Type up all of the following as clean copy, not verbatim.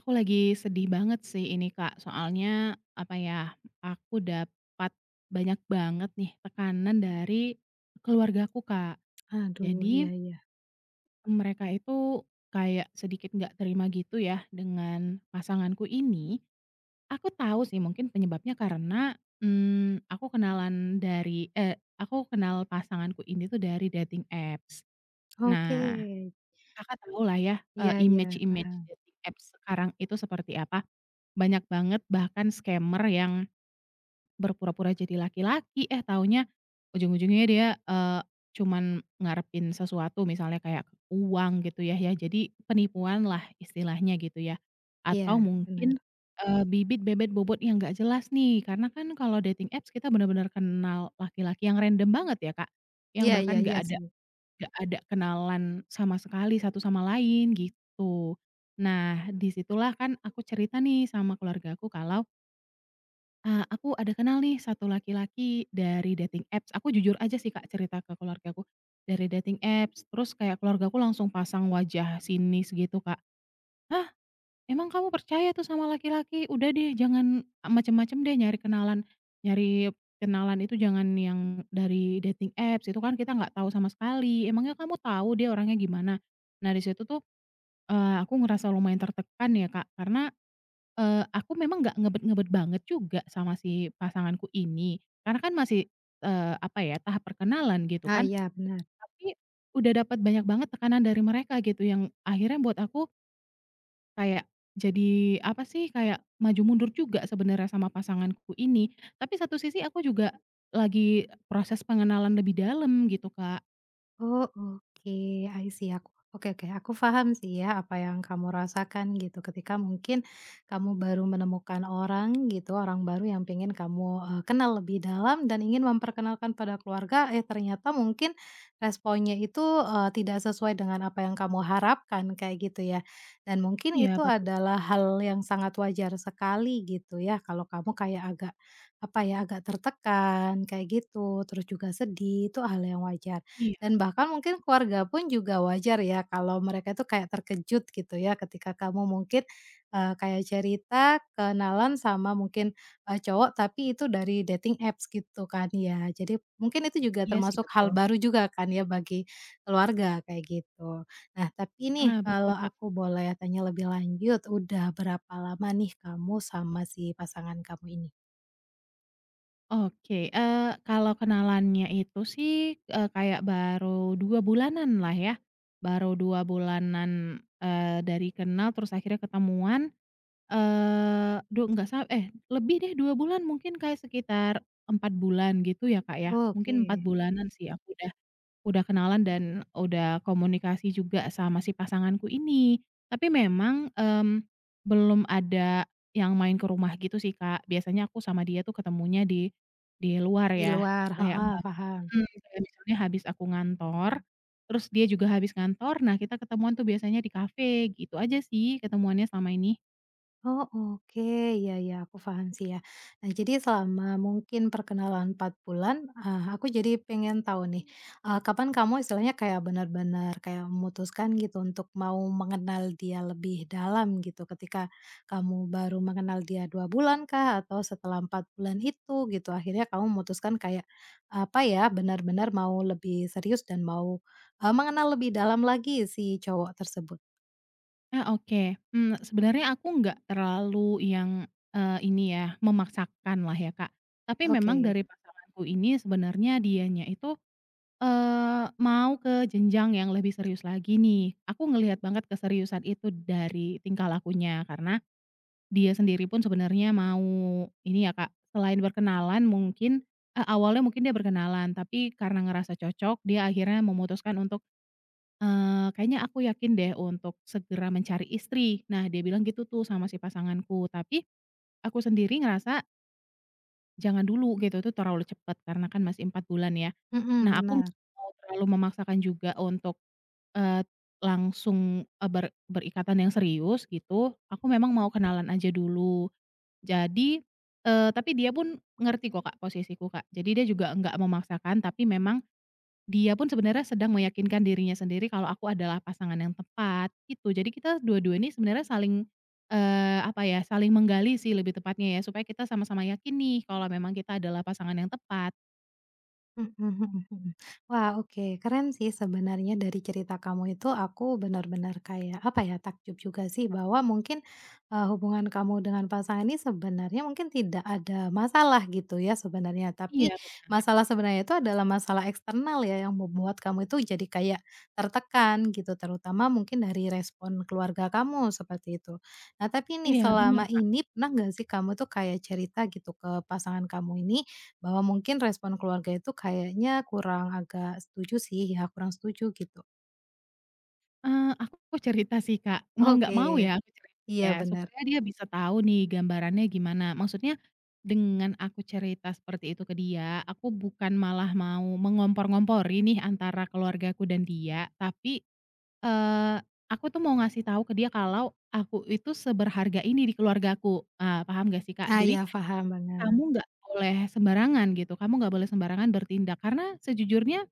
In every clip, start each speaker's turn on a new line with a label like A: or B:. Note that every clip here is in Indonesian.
A: Aku lagi sedih banget sih ini Kak, soalnya apa ya, aku dapat banyak banget nih tekanan dari keluargaku Kak.
B: Aduh,
A: Jadi
B: iya iya.
A: mereka itu kayak sedikit nggak terima gitu ya dengan pasanganku ini. Aku tahu sih mungkin penyebabnya karena, aku kenalan dari, eh aku kenal pasanganku ini tuh dari dating apps.
B: Oke.
A: Nah Kakak tahu lah ya,
B: Iya iya,
A: image-image
B: paham.
A: dating apps sekarang itu seperti apa. Banyak banget bahkan scammer yang berpura-pura jadi laki-laki, eh taunya ujung-ujungnya dia, cuman ngarepin sesuatu misalnya kayak uang gitu ya, jadi penipuan lah istilahnya gitu ya. Atau
B: Iya, benar.
A: mungkin, bibit, bebet, bobot yang nggak jelas nih, karena kan kalau dating apps kita bener-bener kenal laki-laki yang random banget ya Kak, yang
B: Iya iya
A: bahkan nggak
B: iya
A: ada
B: sih.
A: gak ada kenalan sama sekali satu sama lain gitu. Nah disitulah kan aku cerita nih sama keluarga aku kalau, aku ada kenal nih satu laki-laki dari dating apps, aku jujur aja sih Kak cerita ke keluarga aku dari dating apps terus kayak keluarga aku langsung pasang wajah sinis gitu Kak, "Hah, emang kamu percaya tuh sama laki-laki? Udah deh jangan macem-macem deh nyari kenalan itu jangan yang dari dating apps, itu kan kita nggak tahu sama sekali, emangnya kamu tahu dia orangnya gimana?" Nah di situ tuh, aku ngerasa lumayan tertekan ya Kak, karena, aku memang nggak ngebet-ngebet banget juga sama si pasanganku ini, karena kan masih, apa ya, tahap perkenalan gitu
B: Ah,
A: kan,
B: iya benar.
A: tapi udah dapat banyak banget tekanan dari mereka gitu yang akhirnya buat aku, kayak jadi apa sih, kayak maju mundur juga sebenarnya sama pasanganku ini, tapi satu sisi aku juga lagi proses pengenalan lebih dalam gitu, Kak.
B: Oh, oke. I see aku. Oke oke, aku paham sih ya apa yang kamu rasakan gitu ketika mungkin kamu baru menemukan orang gitu, orang baru yang pengen kamu, kenal lebih dalam dan ingin memperkenalkan pada keluarga, eh ternyata mungkin responnya itu, tidak sesuai dengan apa yang kamu harapkan kayak gitu ya. Dan mungkin
A: Iya
B: itu
A: betul,
B: adalah hal yang sangat wajar sekali gitu ya kalau kamu kayak agak, apa ya, agak tertekan kayak gitu, terus juga sedih, itu hal yang wajar.
A: iya
B: Dan bahkan mungkin keluarga pun juga wajar ya kalau mereka itu kayak terkejut gitu ya ketika kamu mungkin, kayak cerita kenalan sama mungkin, cowok tapi itu dari dating apps gitu kan ya. Jadi mungkin itu juga
A: iya sih
B: termasuk
A: betul.
B: hal baru juga kan ya bagi keluarga kayak gitu. Nah tapi nih
A: Ah, betul,
B: kalau
A: Kak.
B: aku boleh tanya lebih lanjut, udah berapa lama nih kamu sama si pasangan kamu ini?
A: Oke, kalau kenalannya itu sih, kayak baru 2 bulanan lah ya, baru 2 bulanan, dari kenal terus akhirnya ketemuan. Eee, du enggak sa eh, lebih deh 2 bulan mungkin kayak sekitar 4 bulan gitu ya, Kak, ya. Mungkin 4
B: Oke.
A: bulanan sih aku udah kenalan dan udah komunikasi juga sama si pasanganku ini. Tapi memang, belum ada yang main ke rumah gitu sih, Kak. Biasanya aku sama dia tuh ketemunya di luar
B: Di
A: ya,
B: luar,
A: kayak
B: heeh,
A: enggak,
B: paham.
A: mhm, kayak misalnya habis aku ngantor, terus dia juga habis ngantor, nah kita ketemuan tuh biasanya di kafe, gitu aja sih ketemuannya selama ini.
B: Oh oke, ya ya aku paham sih ya. Nah jadi selama mungkin perkenalan 4 bulan, aku jadi pengen tahu nih, kapan kamu istilahnya kayak benar-benar kayak memutuskan gitu untuk mau mengenal dia lebih dalam gitu, ketika kamu baru mengenal dia 2 bulan kah? Atau setelah 4 bulan itu gitu, akhirnya kamu memutuskan kayak, apa ya, benar-benar mau lebih serius dan mau, mengenal lebih dalam lagi si cowok tersebut?
A: Ah, oke. Sebenarnya aku nggak terlalu yang, ini ya, memaksakan lah ya, Kak. Tapi memang
B: Oke,
A: dari pasanganku ini sebenarnya dianya itu, mau ke jenjang yang lebih serius lagi nih. Aku ngelihat banget keseriusan itu dari tingkah lakunya, karena dia sendiri pun sebenarnya mau ini ya, Kak, selain berkenalan mungkin, awalnya mungkin dia berkenalan, tapi karena ngerasa cocok, dia akhirnya memutuskan untuk, kayaknya aku yakin deh untuk segera mencari istri. Nah, dia bilang gitu tuh sama si pasanganku, tapi aku sendiri ngerasa jangan dulu gitu, itu terlalu cepet karena kan masih 4 bulan ya.
B: mhm,
A: Nah, aku
B: benar.
A: nggak mau terlalu memaksakan juga untuk, eee, langsung, eee, ber berikatan yang serius gitu, aku memang mau kenalan aja dulu. Jadi, tapi dia pun ngerti kok Kak posisiku Kak, jadi dia juga enggak memaksakan tapi memang dia pun sebenarnya sedang meyakinkan dirinya sendiri kalau aku adalah pasangan yang tepat, gitu. Jadi kita dua-dua ini sebenarnya saling, apa ya, saling menggali sih lebih tepatnya ya, supaya kita sama-sama yakin nih kalau memang kita adalah pasangan yang tepat.
B: Mhm mhm mhm. Wah, oke, keren sih sebenarnya dari cerita kamu itu aku benar-benar kayak, apa ya, takjub juga sih bahwa mungkin, hubungan kamu dengan pasangan ini sebenarnya mungkin tidak ada masalah gitu ya sebenarnya, tapi
A: Iya ben
B: masalah sebenarnya itu adalah masalah eksternal ya yang membuat kamu itu jadi kayak tertekan gitu, terutama mungkin dari respon keluarga kamu seperti itu. Nah, tapi nih
A: iya benar
B: selama
A: Kak.
B: ini pernah nggak sih kamu tuh kayak cerita gitu ke pasangan kamu ini, bahwa mungkin respon keluarga itu kayaknya kurang agak setuju sih ya, kurang setuju gitu.
A: Aku cerita sih, Kak. Mau nggak
B: Oke,
A: mau ya aku cerita
B: iya
A: ya,
B: benar.
A: supaya dia bisa tahu nih gambarannya gimana. Maksudnya dengan aku cerita seperti itu ke dia, aku bukan malah mau mengompor-ngompori nih antara keluargaku dan dia, tapi Eee, aku tuh mau ngasih tahu ke dia kalau aku itu seberharga ini di keluargaku, paham gak sih, Kak?
B: Ah, iya
A: Jadi
B: paham banget.
A: kamu nggak boleh sembarangan gitu, kamu nggak boleh sembarangan bertindak karena sejujurnya,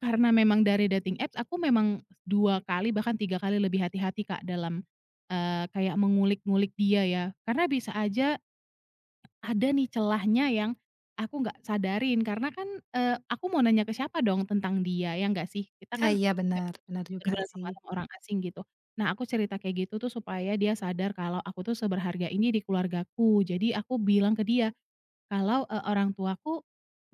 A: karena memang dari dating apps aku memang 2 kali bahkan 3 kali lebih hati-hati, Kak, dalam, kayak mengulik-ngulik dia ya. Karena bisa aja ada nih celahnya yang aku nggak sadarin karena kan, aku mau nanya ke siapa dong tentang dia, ya nggak sih? Kita kan
B: Ah, iya benar benar juga
A: bener-bener sama
B: sih.
A: sama orang asing gitu. Nah, aku cerita kayak gitu tuh supaya dia sadar kalau aku tuh seberharga ini di keluargaku. Jadi aku bilang ke dia, "Kalau, orang tuaku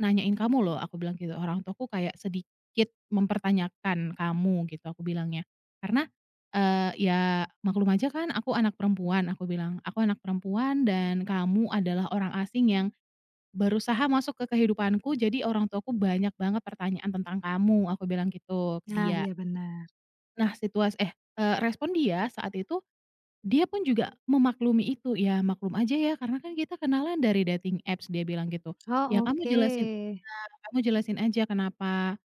A: nanyain kamu loh," aku bilang gitu, "orang tuaku kayak sedikit mempertanyakan kamu," gitu aku bilangnya. Karena, ya maklum aja kan aku anak perempuan, aku bilang, "Aku anak perempuan dan kamu adalah orang asing yang berusaha masuk ke kehidupanku, jadi orang tuaku banyak banget pertanyaan tentang kamu," aku bilang gitu ke
B: Ah,
A: dia.
B: iya benar.
A: Nah respon dia saat itu, dia pun juga memaklumi itu, "Ya maklum aja ya karena kan kita kenalan dari dating apps," dia bilang gitu. "Ya
B: Oh
A: kamu jelasin,
B: oke.
A: a kamu jelasin aja kenapa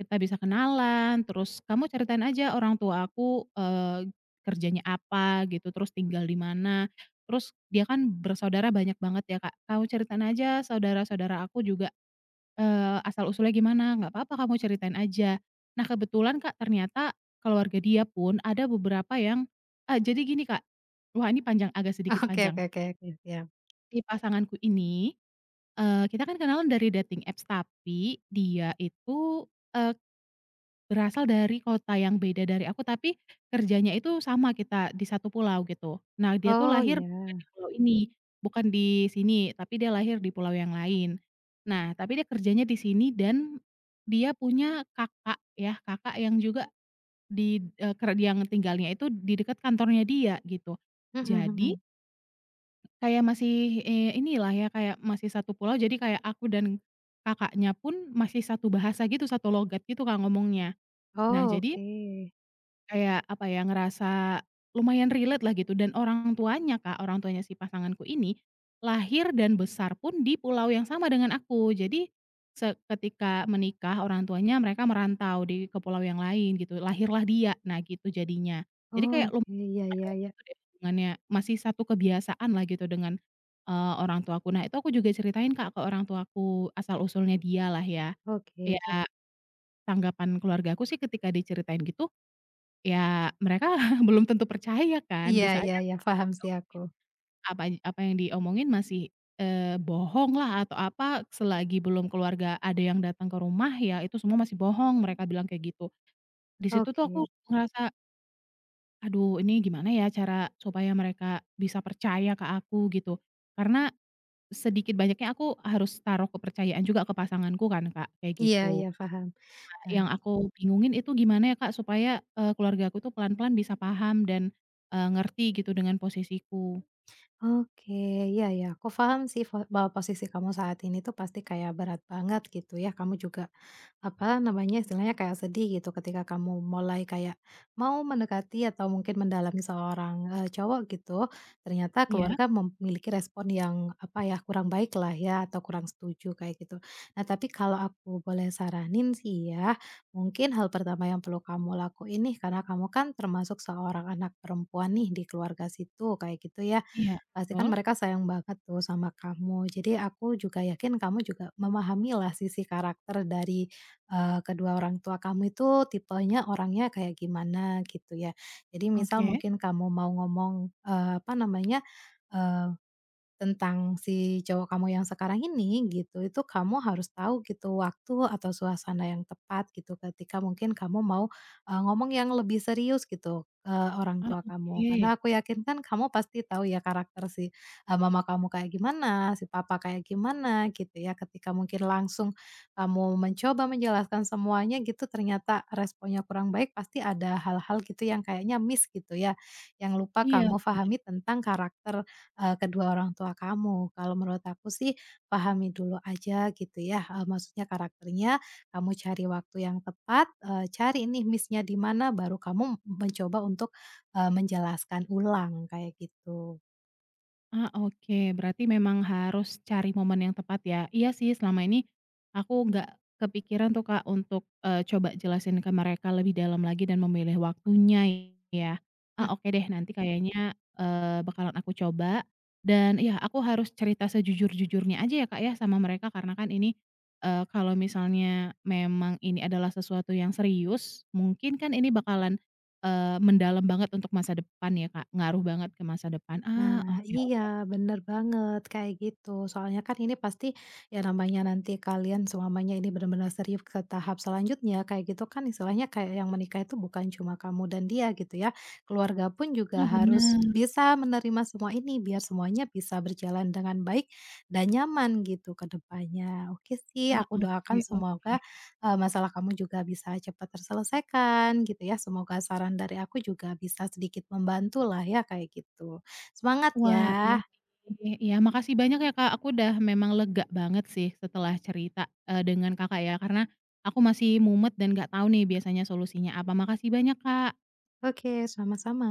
A: kita bisa kenalan, terus kamu ceritain aja orang tua aku, kerjanya apa gitu, terus tinggal di mana." Terus dia kan bersaudara banyak banget ya Kak, "Kamu ceritain aja saudara-saudara aku juga, asal-usulnya gimana, nggak apa-apa kamu ceritain aja." Nah kebetulan Kak, ternyata keluarga dia pun ada beberapa yang, jadi gini Kak, wah ini panjang, agak sedikit
B: Oke
A: panjang.
B: oke oke
A: Jadi
B: oke, siap.
A: si pasanganku ini, kita kan kenalan dari dating apps tapi dia itu, eee berasal dari kota yang beda dari aku, tapi kerjanya itu sama kita di satu pulau gitu. Nah, dia tuh
B: Oh
A: lahir
B: iya,
A: bukan di pulau ini, bukan di sini, tapi dia lahir di pulau yang lain. Nah, tapi dia kerjanya di sini dan dia punya kakak ya, kakak yang juga di eee, ker yang tinggalnya itu di dekat kantornya dia gitu.
B: mhm
A: Jadi
B: mhm.
A: kayak masih, inilah ya, kayak masih satu pulau, jadi kayak aku dan kakaknya pun masih satu bahasa gitu, satu logat gitu Kak ngomongnya. Nah,
B: Oh
A: jadi
B: oke.
A: kayak apa ya, ngerasa lumayan relate lah gitu, dan orang tuanya Kak, orang tuanya si pasanganku ini, lahir dan besar pun di pulau yang sama dengan aku. Jadi, ketika menikah orang tuanya, mereka merantau ke pulau yang lain gitu, lahirlah dia. Nah gitu jadinya. Jadi
B: Oh,
A: kayak
B: oke,
A: lumayan
B: iya iya
A: erat
B: iya.
A: gitu deh hubungannya, masih satu kebiasaan lah gitu dengan, orang tuaku. Nah itu aku juga ceritain Kak ke orang tuaku, asal usulnya dia lah ya.
B: Oke,
A: Ya
B: ya.
A: tanggapan keluargaku sih ketika diceritain gitu, ya, mereka belum tentu percaya kan,
B: Iya
A: bisa
B: iya
A: aja
B: iya, paham sih aku.
A: apa apa yang diomongin masih, eh, bohong lah atau apa, selagi belum keluarga ada yang datang ke rumah, ya itu semua masih bohong, mereka bilang kayak gitu. Di situ tuh aku
B: Oke.
A: ngerasa, "Aduh ini gimana ya cara supaya mereka bisa percaya ke aku?" Gitu. Karena sedikit banyaknya aku harus taruh kepercayaan juga ke pasanganku kan Kak, kayak
B: Iya iya,
A: gitu.
B: paham. Nah,
A: Yang aku bingungin itu gimana ya Kak supaya, keluarga aku tuh pelan-pelan bisa paham dan, ngerti gitu dengan posisiku.
B: oke, iya ya, aku paham sih fo bahwa posisi kamu saat ini tuh pasti kayak berat banget gitu ya, kamu juga, apa namanya, istilahnya kayak sedih gitu ketika kamu mulai kayak mau mendekati atau mungkin mendalami seorang, cowok gitu, ternyata
A: Iya
B: keluarga memiliki respon yang, apa ya, kurang baik lah ya atau kurang setuju kayak gitu. Nah, tapi kalau aku boleh saranin sih ya, mungkin hal pertama yang perlu kamu lakuin nih, karena kamu kan termasuk seorang anak perempuan nih di keluarga situ kayak gitu ya,
A: iya,
B: pasti kan
A: betul.
B: mereka sayang banget tuh sama kamu. Jadi aku juga yakin kamu juga memahamilah sisi karakter dari, kedua orang tua kamu itu tipenya orangnya kayak gimana gitu ya. Jadi misal
A: Oke.
B: mungkin kamu mau ngomong, apa namanya, tentang si cowok kamu yang sekarang ini gitu, itu kamu harus tahu gitu waktu atau suasana yang tepat gitu ketika mungkin kamu mau, ngomong yang lebih serius gitu ke orang
A: Ah,
B: tua kamu.
A: oke.
B: Karena aku yakin kan kamu pasti tahu ya karakter si, mama kamu kayak gimana, si papa kayak gimana gitu ya. Ketika mungkin langsung kamu mencoba menjelaskan semuanya gitu ternyata responnya kurang baik, pasti ada hal-hal gitu yang kayaknya miss gitu ya, yang lupa
A: Iya,
B: kamu
A: bener.
B: pahami tentang karakter kedua orang tua kamu. Kalau menurut aku sih pahami dulu aja gitu ya, maksudnya karakternya, kamu cari waktu yang tepat, cari nih miss-nya di mana, baru kamu mencoba untuk, menjelaskan ulang kayak gitu.
A: Ah, oke. Berarti memang harus cari momen yang tepat ya. Iya sih selama ini aku nggak kepikiran tuh Kak untuk, coba jelasin ke mereka lebih dalam lagi dan memilih waktunya, ya. Ah, oke deh nanti kayaknya, bakalan aku coba dan ya aku harus cerita sejujur-jujurnya aja ya Kak ya sama mereka karena kan ini, kalau misalnya memang ini adalah sesuatu yang serius, mungkin kan ini bakalan, mendalam banget untuk masa depan ya Kak, ngaruh banget ke masa depan. Ah,
B: Nah,
A: oke oke.
B: iya bener banget kayak gitu. Soalnya kan ini pasti ya namanya nanti kalian semuanya ini benar-benar serius ke tahap selanjutnya kayak gitu kan istilahnya kayak yang menikah itu bukan cuma kamu dan dia gitu ya. Keluarga pun juga
A: Ah,
B: harus
A: bener,
B: bisa menerima semua ini biar semuanya bisa berjalan dengan baik dan nyaman gitu ke depannya. Oke sih,
A: Kak,
B: aku
A: oke
B: doakan
A: oke.
B: semoga eh, masalah kamu juga bisa cepat terselesaikan gitu ya. Semoga saran dari aku juga bisa sedikit membantu lah ya kayak gitu. Semangat ya.
A: Wah, iya sih, iya makasih banyak ya, Kak, aku udah memang lega banget sih setelah cerita, dengan Kakak ya, karena aku masih mumet dan nggak tahu nih biasanya solusinya apa. Makasih banyak, Kak.
B: Oke, sama-sama.